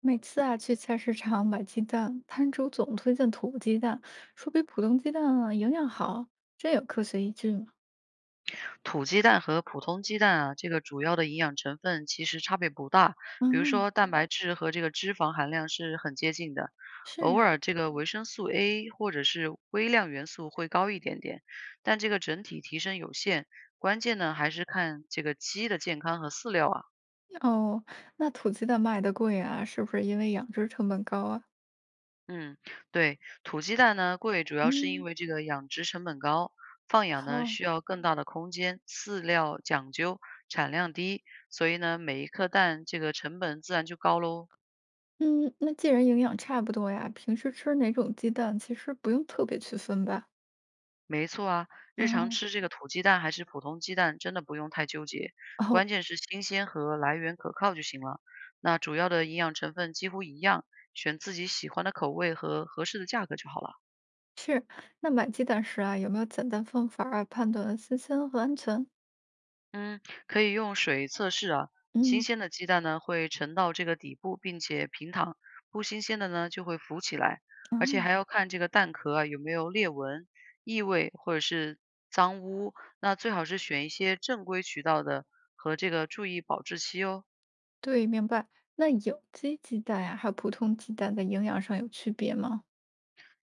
每次啊去菜市场买鸡蛋，摊主总推荐土鸡蛋，说比普通鸡蛋啊营养好，真有科学依据吗？土鸡蛋和普通鸡蛋啊，这个主要的营养成分其实差别不大，比如嗯，说蛋白质和这个脂肪含量是很接近的，是偶呀，尔这个维生素 A 或者是微量元素会高一点点，但这个整体提升有限。关键呢，还是看这个鸡的健康和饲料啊。哦，那土鸡蛋卖的贵啊，是不是因为养殖成本高啊？嗯，对，土鸡蛋呢贵，主要是因嗯，为这个养殖成本高，放养呢好，需要更大的空间，饲料讲究，产量低，所以呢每一颗蛋这个成本自然就高喽。嗯，那既然营养差不多呀，平时吃哪种鸡蛋其实不用特别区分吧？没错啊，日常嗯吃这个土鸡蛋还是普通鸡蛋，真的不用太纠结，哦，关键是新鲜和来源可靠就行了。那主要的营养成分几乎一样，选自己喜欢的口味和合适的价格就好了。是，那买鸡蛋时啊，有没有简单方法啊判断新鲜和安全？嗯，可以用水测试啊。新嗯鲜的鸡蛋呢会沉到这个底部，并且平躺；不新鲜的呢就会浮起来，而且嗯。还要看这个蛋壳啊有没有裂纹、异味或者是脏污。那最好是选一些正规渠道的和这个注意保质期哦。对，明白。那有机鸡蛋呀，还有普通鸡蛋在营养上有区别吗？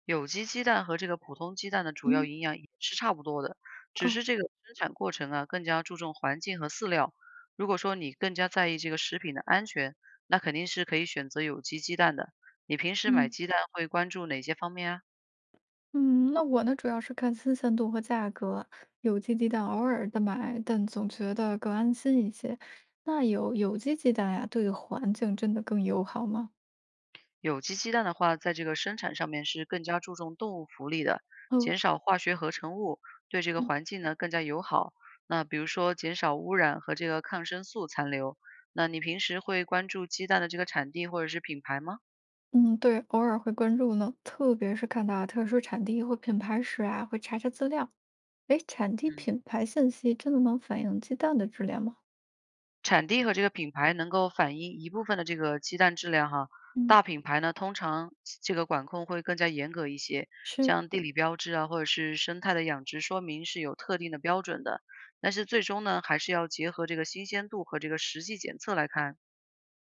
有机鸡蛋和这个普通鸡蛋的主要嗯，营养也是差不多的，只哦，是这个生产过程啊更加注重环境和饲料。如果说你更加在意这个食品的安全，那肯定是可以选择有机鸡蛋的。你平时买嗯鸡蛋会关注哪些方面啊？嗯，那我呢，主要是看新鲜度和价格。有机鸡蛋偶尔的买，但总觉得更安心一些。那有机鸡蛋呀，对环境真的更友好吗？有机鸡蛋的话，在这个生产上面是更加注重动物福利的，哦，减少化学合成物，对这个嗯，环境呢更加友好。那比如说减少污染和这个抗生素残留。那你平时会关注鸡蛋的这个产地或者是品牌吗？嗯，对，偶尔会关注呢，特别是看到特殊产地或品牌时啊，会查查资料。哎，产地嗯，品牌信息真的能反映鸡蛋的质量吗？产地和这个品牌能够反映一部分的这个鸡蛋质量哈。嗯，大品牌呢，通常这个管控会更加严格一些，是像地理标志啊，或者是生态的养殖说明是有特定的标准的。但是最终呢，还是要结合这个新鲜度和这个实际检测来看。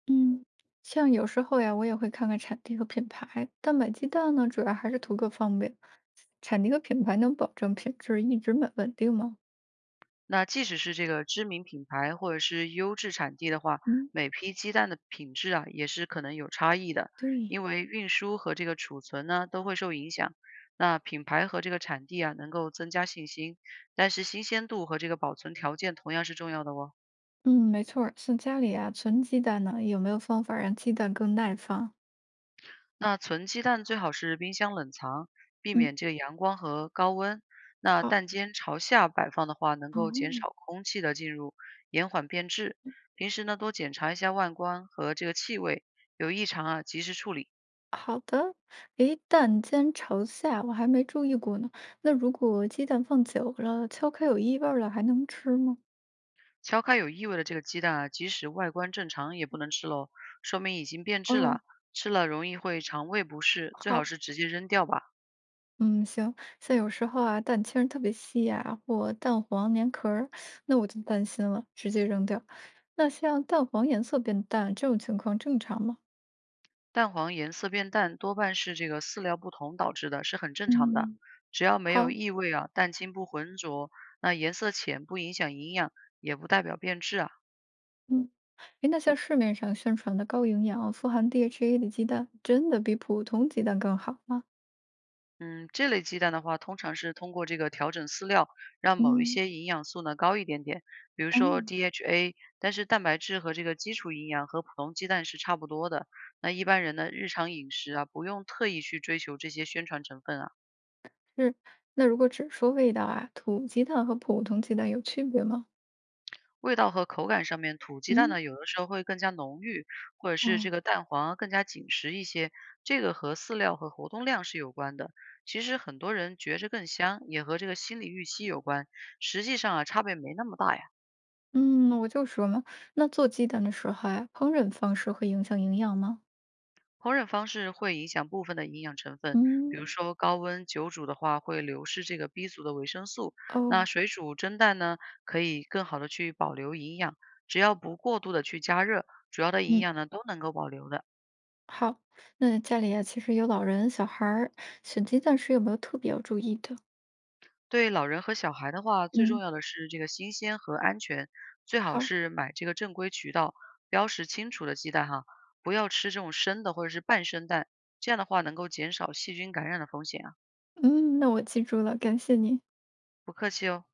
嗯，像有时候呀，我也会看看产地和品牌，但买鸡蛋呢，主要还是图个方便。产地和品牌能保证品质一直稳定吗？那即使是这个知名品牌或者是优质产地的话，嗯每批鸡蛋的品质啊也是可能有差异的，对，因为运输和这个储存呢都会受影响。那品牌和这个产地啊能够增加信心，但是新鲜度和这个保存条件同样是重要的哦。嗯，没错儿。像家里啊存鸡蛋呢，有没有方法让鸡蛋更耐放？那存鸡蛋最好是冰箱冷藏，避嗯，免这个阳光和高温。那好蛋尖朝下摆放的话，能够减嗯，少空气的进入，延缓变质。平时呢，多检查一下外观和这个气味，有异常啊，及时处理。好的。诶，蛋煎朝下，我还没注意过呢。那如果鸡蛋放久了，敲开有异味儿了，还能吃吗？敲开有异味的这个鸡蛋啊，即使外观正常也不能吃喽，说明已经变质哦，了，吃了容易会肠胃不适，最好好。是直接扔掉吧。嗯，行，像有时候啊，蛋清儿特别稀呀，或蛋黄粘壳儿，那我就担心了，直接扔掉。那像蛋黄颜色变淡这种情况正常吗？蛋黄颜色变淡多半是这个饲料不同导致的，是很正常的。嗯，只要没有好，异味啊，蛋清不浑浊，那颜色浅不影响营养，也不代表变质啊。嗯，诶，那像市面上宣传的高营养、富含 DHA 的鸡蛋，真的比普通鸡蛋更好吗？嗯，这类鸡蛋的话，通常是通过这个调整饲料，让某一嗯，些营养素呢高一点点，比如说 哦。DHA，但是蛋白质和这个基础营养和普通鸡蛋是差不多的。那一般人呢，日常饮食啊，不用特意去追求这些宣传成分啊。是，那如果只说味道啊，土鸡蛋和普通鸡蛋有区别吗？味道和口感上面，土鸡蛋嗯，呢有的时候会更加浓郁，或者是哦，这个蛋黄啊更加紧实一些，这个和饲料和活动量是有关的。其实很多人觉着更香，也和这个心理预期有关，实际上啊差别没那么大呀。嗯，我就说嘛，那做鸡蛋的时候呀，烹饪方式会影响营养吗？烹饪方式会影响部分的营养成分，比如嗯，说高温久煮的话会流失这个 B 族的维生素，那哦，水煮蒸蛋呢可以更好的去保留营养，只要不过度的去加热，主要的营嗯，养呢都能够保留的。好。那家里啊，其实有老人、小孩儿，选鸡蛋时有没有特别要注意的？对老人和小孩的话，最重嗯。要的是这个新鲜和安全，最好好，是买这个正规渠道、标识清楚的鸡蛋哈，不要吃这种生的或者是半生蛋，这样的话能够减少细菌感染的风险啊。嗯，那我记住了，感谢你。不客气哦。